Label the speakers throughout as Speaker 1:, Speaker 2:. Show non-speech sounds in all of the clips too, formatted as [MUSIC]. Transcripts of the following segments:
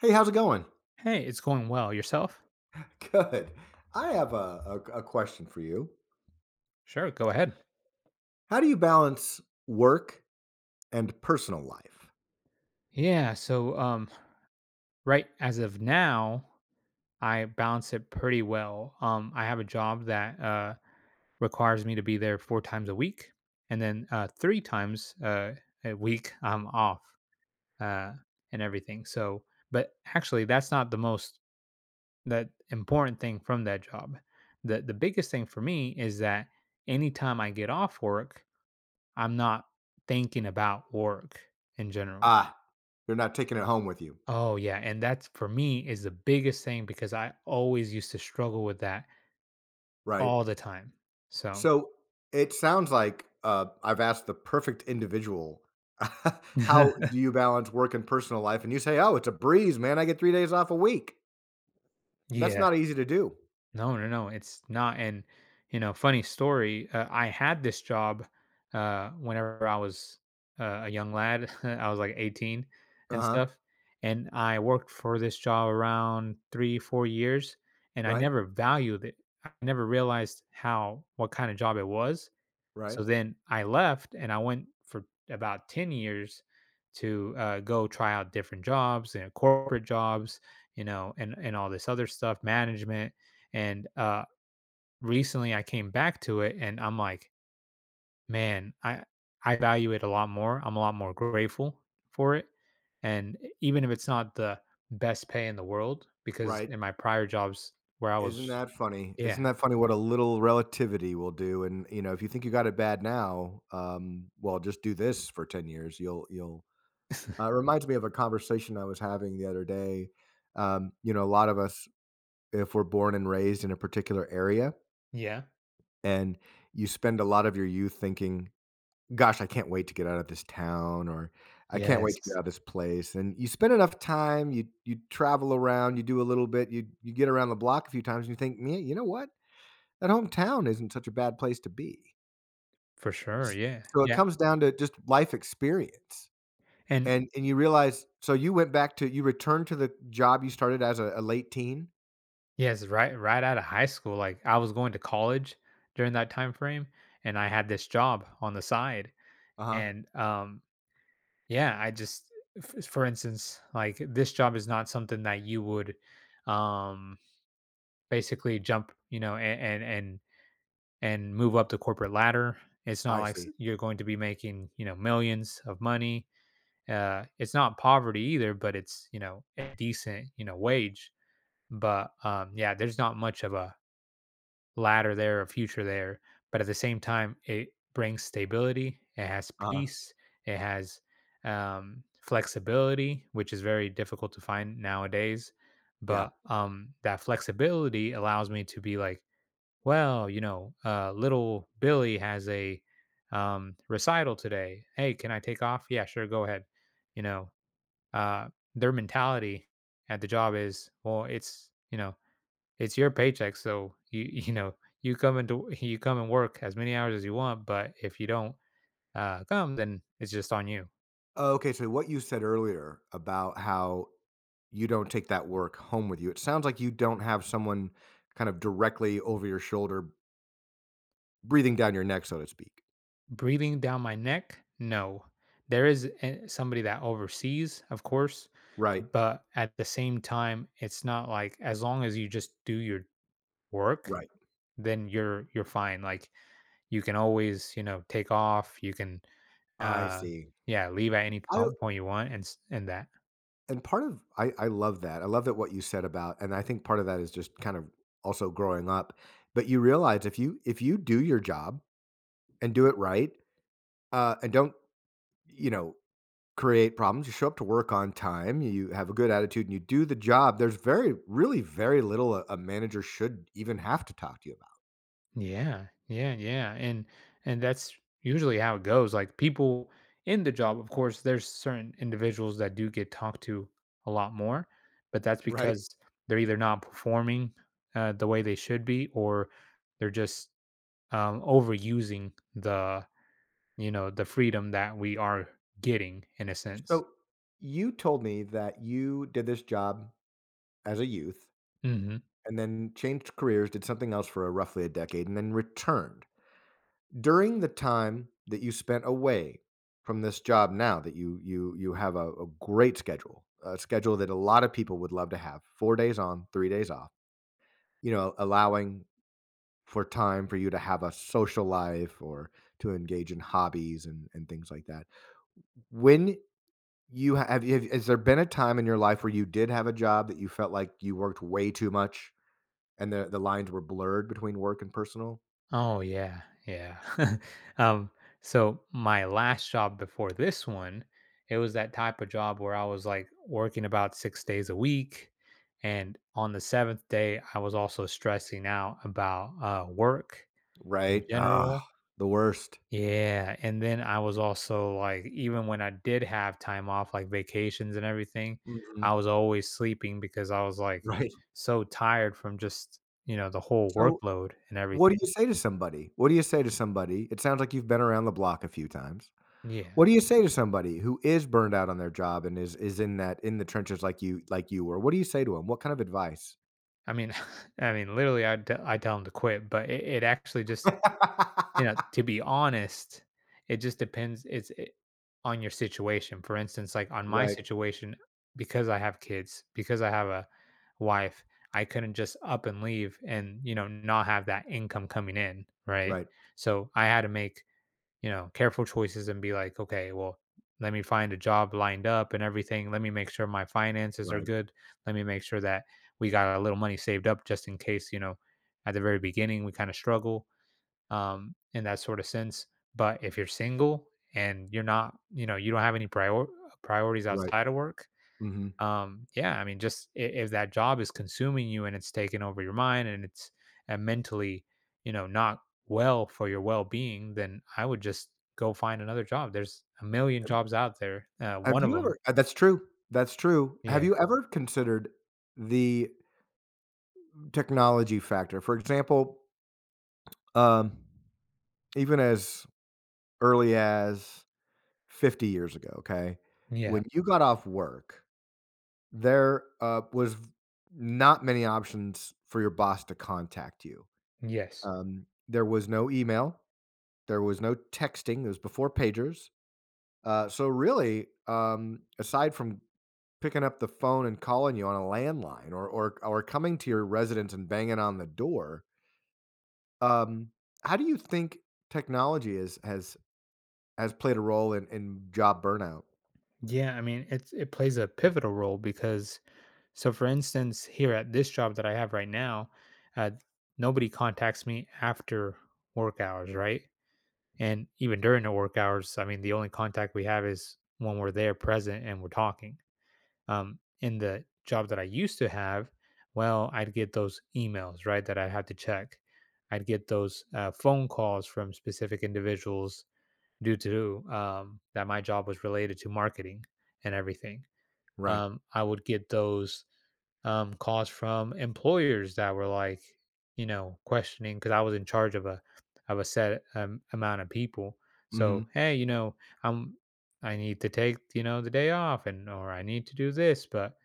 Speaker 1: Hey, how's it going?
Speaker 2: Hey, it's going well. Yourself?
Speaker 1: [LAUGHS] Good. I have a question for you.
Speaker 2: Sure, go ahead.
Speaker 1: How do you balance work and personal life?
Speaker 2: Yeah. Right as of now, I balance it pretty well. I have a job that requires me to be there four times a week, and then three times a week I'm off uh, and everything. So, but actually, that's not the most that important thing from that job. The biggest thing for me is that anytime I get off work, I'm not thinking about work in general.
Speaker 1: Ah, you're not taking it home with you,
Speaker 2: Oh yeah, and that's for me is the biggest thing because I always used to struggle with that
Speaker 1: right?
Speaker 2: all the time. So
Speaker 1: So it sounds like I've asked the perfect individual, [LAUGHS] how
Speaker 2: [LAUGHS]
Speaker 1: do you balance work and personal life? And you say, oh, it's a breeze, man. I get 3 days off a week. That's
Speaker 2: yeah,
Speaker 1: not easy to do.
Speaker 2: no, no, no, it's not. And you know, funny story. I had this job whenever I was a young lad. [LAUGHS] I was like 18
Speaker 1: Uh
Speaker 2: and
Speaker 1: huh.
Speaker 2: stuff, and I worked for this job around 3, 4 years, and I
Speaker 1: Right.
Speaker 2: never valued it. I never realized how what kind of job it was.
Speaker 1: Right.
Speaker 2: So then I left and I went for about 10 years to go try out different jobs and corporate jobs, you know, and all this other stuff, management. And recently I came back to it and I'm like, man, I value it a lot more. I'm a lot more grateful for it. And even if it's not the best pay in the world, because
Speaker 1: Right.
Speaker 2: in my prior jobs where I
Speaker 1: Isn't
Speaker 2: was,
Speaker 1: that funny?
Speaker 2: yeah,
Speaker 1: Isn't that funny what a little relativity will do? And, you know, if you think you got it bad now, well, just do this for 10 years. It reminds me of a conversation I was having the other day. A lot of us, if we're born and raised in a particular area
Speaker 2: yeah,
Speaker 1: and you spend a lot of your youth thinking, gosh, I can't wait to get out of this town or I can't wait to get
Speaker 2: yes,
Speaker 1: out of this place. And you spend enough time, you travel around, you do a little bit, you get around the block a few times and you think, man, you know what? That hometown isn't such a bad place to be.
Speaker 2: for sure.
Speaker 1: S
Speaker 2: Yeah.
Speaker 1: So it
Speaker 2: Yeah.
Speaker 1: comes down to just life experience,
Speaker 2: And
Speaker 1: and you realize, so you returned to the job you started as a late teen?
Speaker 2: yes, right out of high school, like, I was going to college during that time frame, and I had this job on the side,
Speaker 1: Uh-huh.
Speaker 2: and, yeah, I just f for instance, like, this job is not something that you would, um, basically jump, you know, a and and move up the corporate ladder. It's not
Speaker 1: I
Speaker 2: like s
Speaker 1: see.
Speaker 2: you're going to be making, you know, millions of money. It's not poverty either, but it's, you know, a decent, you know, wage, but, yeah, there's not much of a ladder there, a future there. But at the same time, it brings stability, it has
Speaker 1: Uh-huh.
Speaker 2: peace, it has flexibility, which is very difficult to find nowadays.
Speaker 1: Yeah.
Speaker 2: But that flexibility allows me to be like, well, you know, little Billy has a recital today. Hey, can I take off? Yeah, sure, go ahead. You know, uh, their mentality at the job is, well, it's, you know, it's your paycheck, so you [LAUGHS] you know you come into [LAUGHS] you come and work as many hours as you want, but if you don't come, then it's just on you.
Speaker 1: Oh, okay, so what you said earlier about how you don't take that work home with you, it sounds like you don't have someone kind of directly over your shoulder, breathing down your neck, so to speak.
Speaker 2: Breathing down my neck, no. There is somebody that oversees, of course,
Speaker 1: Right.
Speaker 2: but at the same time, it's not like as long as you just do your work,
Speaker 1: Right.
Speaker 2: then you're fine. Like you can always you know take off. You can
Speaker 1: I
Speaker 2: uh
Speaker 1: see.
Speaker 2: yeah, leave at any
Speaker 1: I
Speaker 2: point you want and that.
Speaker 1: and part of I love that. I love that, what you said about, and I think part of that is just kind of also growing up. But you realize, if you do your job and do it right, and don't you know create problems, you show up to work on time, you have a good attitude, and you do the job. There's very really very little a manager should even have to talk to you about,
Speaker 2: Yeah, yeah, yeah, and that's usually how it goes. Like people in the job, of course, there's certain individuals that do get talked to a lot more, but that's
Speaker 1: right?
Speaker 2: because they're either not performing the way they should be, or they're just overusing the you know the freedom that we are getting in a sense.
Speaker 1: So you told me that you did this job as a youth
Speaker 2: Mm-hmm.
Speaker 1: and then changed careers, did something else for roughly a decade, and then returned. During the time that you spent away from this job, now that you have a great schedule, a schedule that a lot of people would love to have, 4 days on, 3 days off, allowing for time for you to have a social life or to engage in hobbies and things like that. When you ha- have, you have has there been a time in your life where you did have a job that you felt like you worked way too much, and the lines were blurred between work and personal?
Speaker 2: Oh yeah, yeah. [LAUGHS] um, so my last job before this one, it was that type of job where I was like working about 6 days a week, and on the seventh day, I was also stressing out about work in
Speaker 1: Right. Ah,
Speaker 2: general.
Speaker 1: the worst.
Speaker 2: Yeah, and then I was also like, even when I did have time off, like vacations and everything,
Speaker 1: Mhm.
Speaker 2: I was always sleeping because I was like
Speaker 1: Right.
Speaker 2: so tired from just you know the whole
Speaker 1: So,
Speaker 2: workload and
Speaker 1: what do
Speaker 2: everything.
Speaker 1: you say to somebody? What do you say to somebody? It sounds like you've been around the block a few times.
Speaker 2: Yeah.
Speaker 1: What do you say to somebody who is burned out on their job and is in that in the trenches like you were? What do you say to them? What kind of advice?
Speaker 2: I mean [LAUGHS] I mean, literally, I tell them to quit, but it actually just you know, to
Speaker 1: [LAUGHS]
Speaker 2: be honest, it just depends it's it on your situation. For instance, like, on my
Speaker 1: Right,
Speaker 2: situation, because I have kids, because I have a wife, I couldn't just up and leave and, you know, not have that income coming in, right?
Speaker 1: right,
Speaker 2: So, I had to make you know, careful choices and be like, okay, well, let me find a job lined up and everything. Let me make sure my finances are
Speaker 1: right,
Speaker 2: good. Let me make sure that we got a little money saved up just in case, you know, at the very beginning we kind of struggle in that sort of sense. But if you're single and you're not, you know, you don't have any priorities
Speaker 1: right.
Speaker 2: outside of work,
Speaker 1: Mhm.
Speaker 2: yeah, I mean, just if that job is consuming you and it's taking over your mind and it's mentally, you know, not well for your well being, then I would just go find another job. There's a million jobs out there.
Speaker 1: Have
Speaker 2: One of
Speaker 1: you
Speaker 2: them.
Speaker 1: ever That's true, that's true. Have
Speaker 2: Yeah.
Speaker 1: you ever considered the technology factor? For example, um, even as early as 50 years ago, okay?
Speaker 2: Yeah.
Speaker 1: When you got off work, there was not many options for your boss to contact you.
Speaker 2: Yes.
Speaker 1: There was no email, there was no texting, it was before pagers. So really, aside from picking up the phone and calling you on a landline, or coming to your residence and banging on the door, um, how do you think technology is has played a role in job burnout?
Speaker 2: Yeah, I mean it's it plays a pivotal role because so for instance here at this job that I have right now, uh, nobody contacts me after work hours, right? And even during the work hours, I mean, the only contact we have is when we're there present and we're talking. In the job that I used to have, well, I'd get those emails, right, that I had to check. I'd get those phone calls from specific individuals due to that my job was related to marketing and everything.
Speaker 1: Right.
Speaker 2: I would get those calls from employers that were like, you know, questioning because I was in charge of a set amount of people. So
Speaker 1: Mhm.
Speaker 2: hey, you know, I'm I need to take you know the day off and or I need to do this, but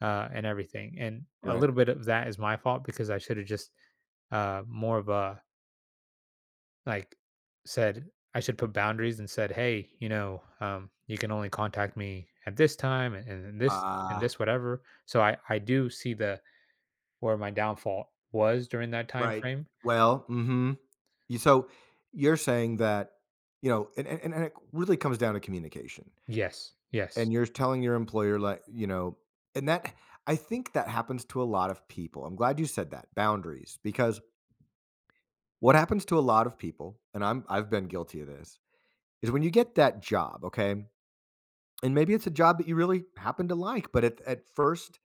Speaker 2: and everything. And a
Speaker 1: Right.
Speaker 2: little bit of that is my fault because I should have just more of a like said I should put boundaries and said, hey, you know, you can only contact me at this time and
Speaker 1: Ah.
Speaker 2: this whatever. So I do see the where my downfall was during that time
Speaker 1: Right.
Speaker 2: frame?
Speaker 1: Well, mhm. You So, you're saying that, and it really comes down to communication,
Speaker 2: Yes,
Speaker 1: and
Speaker 2: yes.
Speaker 1: you're telling your employer, like, you know and that I think that happens to a lot of people. I'm glad you said that, boundaries, because what happens to a lot of people, and I've been guilty of this, is when you get that job, okay, and maybe it's a job that you really happen to like, but at first,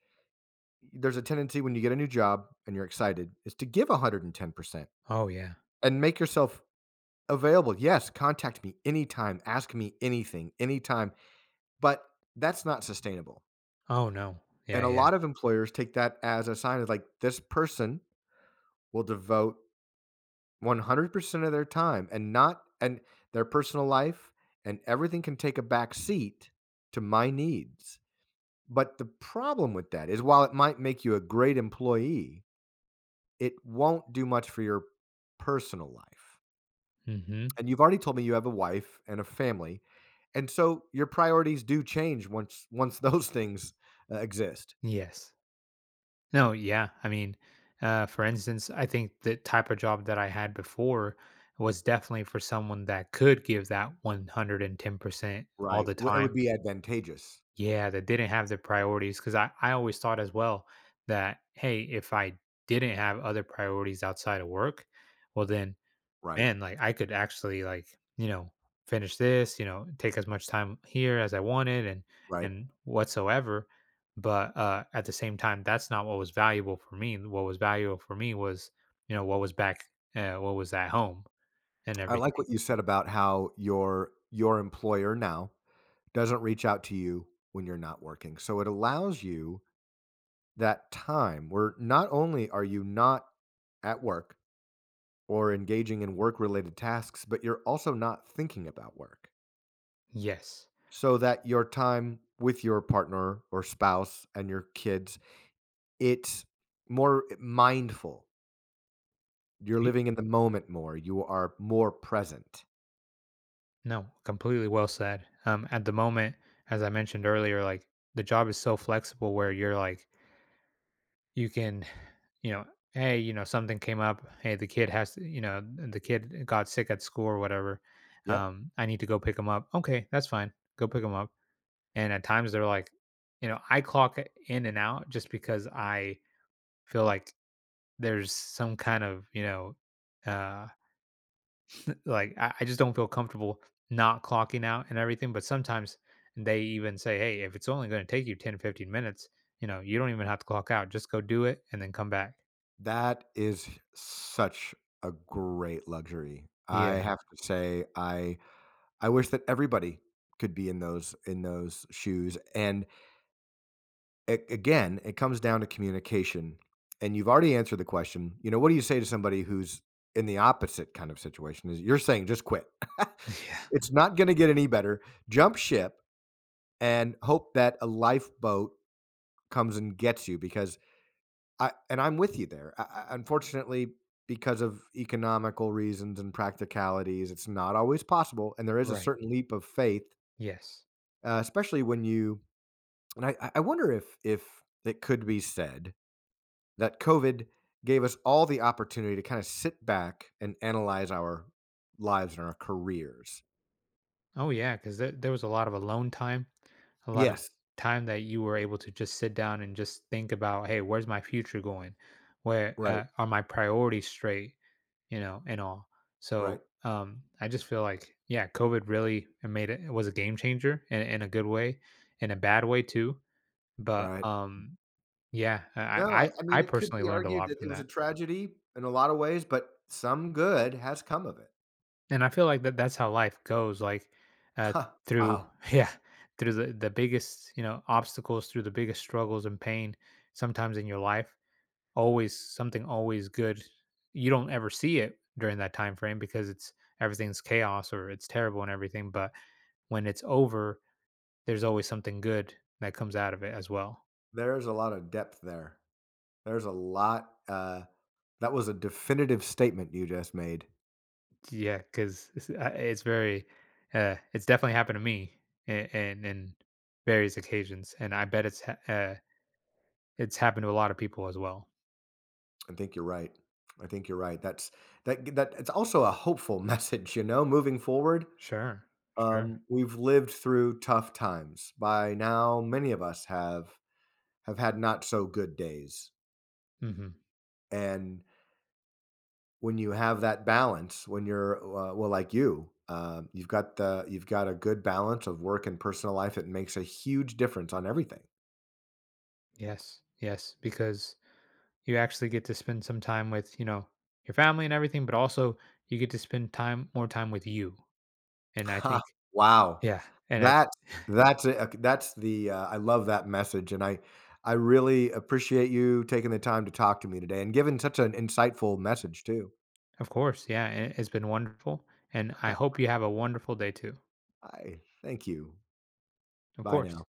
Speaker 1: there's a tendency when you get a new job and you're excited is to give 110%
Speaker 2: Oh, yeah.
Speaker 1: and make yourself available. Yes, contact me anytime, ask me anything, anytime, but that's not sustainable,
Speaker 2: Oh, no.
Speaker 1: and
Speaker 2: Yeah,
Speaker 1: a
Speaker 2: yeah.
Speaker 1: lot of employers take that as a sign of, like, this person will devote 100% of their time, and not, and their personal life and everything can take a back seat to my needs. But the problem with that is, while it might make you a great employee, it won't do much for your personal life.
Speaker 2: Mhm.
Speaker 1: And you've already told me you have a wife and a family, and so your priorities do change once [LAUGHS] those things, exist,
Speaker 2: Yes. No, yeah. I mean, for instance, I think the type of job that I had before was definitely for someone that could give that 110% all
Speaker 1: right?
Speaker 2: the
Speaker 1: Well, it would
Speaker 2: time.
Speaker 1: be advantageous.
Speaker 2: Yeah, that didn't have the priorities because I always thought as well that, "Hey, if I didn't have other priorities outside of work, well, then
Speaker 1: Right,
Speaker 2: man, like I could actually like, you know, finish this, you know, take as much time here as I wanted
Speaker 1: right.
Speaker 2: and whatsoever. But at the same time, that's not what was valuable for me. What was valuable for me was, you know, what was back what was at home and
Speaker 1: I like
Speaker 2: everything.
Speaker 1: what you said about how your employer now doesn't reach out to you when you're not working, so it allows you that time where not only are you not at work or engaging in work-related tasks, but you're also not thinking about work.
Speaker 2: Yes.
Speaker 1: So that your time with your partner or spouse and your kids, it's more mindful. You're
Speaker 2: Y-
Speaker 1: living in the moment more. You are more present.
Speaker 2: No, completely well said. At the moment, as I mentioned earlier, like the job is so flexible where you're like you can, you know, hey, you know, something came up. Hey, the kid has to, you know, the kid got sick at school or whatever.
Speaker 1: Yep.
Speaker 2: I need to go pick him up. Okay, that's fine. Go pick him up. And at times they're like, you know, I clock in and out just because I feel like there's some kind of, you know, uh, like I just don't feel comfortable not clocking out and everything. But sometimes they even say, hey, if it's only going to take you 10, 15 minutes, you know, you don't even have to clock out. Just go do it and then come back.
Speaker 1: That is such a great luxury, I
Speaker 2: Yeah.
Speaker 1: have to say. I wish that everybody could be in those shoes, and again, it comes down to communication. And you've already answered the question. What do you say to somebody who's in the opposite kind of situation? Is, you're saying, just quit. [LAUGHS]
Speaker 2: Yeah.
Speaker 1: It's not going to get any better. Jump ship and hope that a lifeboat comes and gets you, because I and I'm with you there. Unfortunately, because of economical reasons and practicalities, it's not always possible, and there is a
Speaker 2: Right.
Speaker 1: certain leap of faith,
Speaker 2: Yes.
Speaker 1: especially when you. And I wonder if it could be said that COVID gave us all the opportunity to kind of sit back and analyze our lives and our careers.
Speaker 2: Oh yeah, because there was a lot of alone time, a lot of
Speaker 1: Yes.
Speaker 2: time that you were able to just sit down and just think about, hey, where's my future going? Where
Speaker 1: Right.
Speaker 2: are my priorities straight? You know, and all.
Speaker 1: Right.
Speaker 2: So I just feel like yeah, COVID really made it was a game changer in a good way, in a bad way too. But
Speaker 1: Right.
Speaker 2: yeah, I
Speaker 1: No, I,
Speaker 2: I
Speaker 1: I
Speaker 2: I
Speaker 1: mean, it could
Speaker 2: personally
Speaker 1: be
Speaker 2: learned a
Speaker 1: argued
Speaker 2: lot
Speaker 1: that it
Speaker 2: from
Speaker 1: was a
Speaker 2: that.
Speaker 1: tragedy in a lot of ways, but some good has come of it.
Speaker 2: And I feel like that's how life goes, like, uh,
Speaker 1: Huh.
Speaker 2: through
Speaker 1: Wow.
Speaker 2: [LAUGHS] yeah, through the biggest, you know, obstacles, through the biggest struggles and pain sometimes in your life, always something always good. You don't ever see it during that time frame because it's everything's chaos or it's terrible and everything, but when it's over, there's always something good that comes out of it as well.
Speaker 1: There's a lot of depth there. There's a lot. That was a definitive statement you just made.
Speaker 2: Yeah, 'cause it's very it's definitely happened to me and in various occasions, and I bet it's ha it's happened to a lot of people as well.
Speaker 1: I think you're right. I think you're right. That's that. That it's also a hopeful [LAUGHS] message, moving forward.
Speaker 2: Sure, sure.
Speaker 1: We've lived through tough times. By now, many of us have had not so good days.
Speaker 2: Mhm.
Speaker 1: And when you have that balance, when you're well, like you, you've got a good balance of work and personal life. It makes a huge difference on everything.
Speaker 2: Yes, yes, because you actually get to spend some time with, you know, your family and everything, but also you get to spend time more time with you, and I
Speaker 1: Ha!
Speaker 2: think
Speaker 1: Wow,
Speaker 2: yeah, and I
Speaker 1: that that's a, that's the I love that message, and I really appreciate you taking the time to talk to me today and giving such an insightful message too.
Speaker 2: of course, yeah, and it's been wonderful, and I hope you have a wonderful day too.
Speaker 1: I thank you.
Speaker 2: Of
Speaker 1: Bye now.
Speaker 2: course.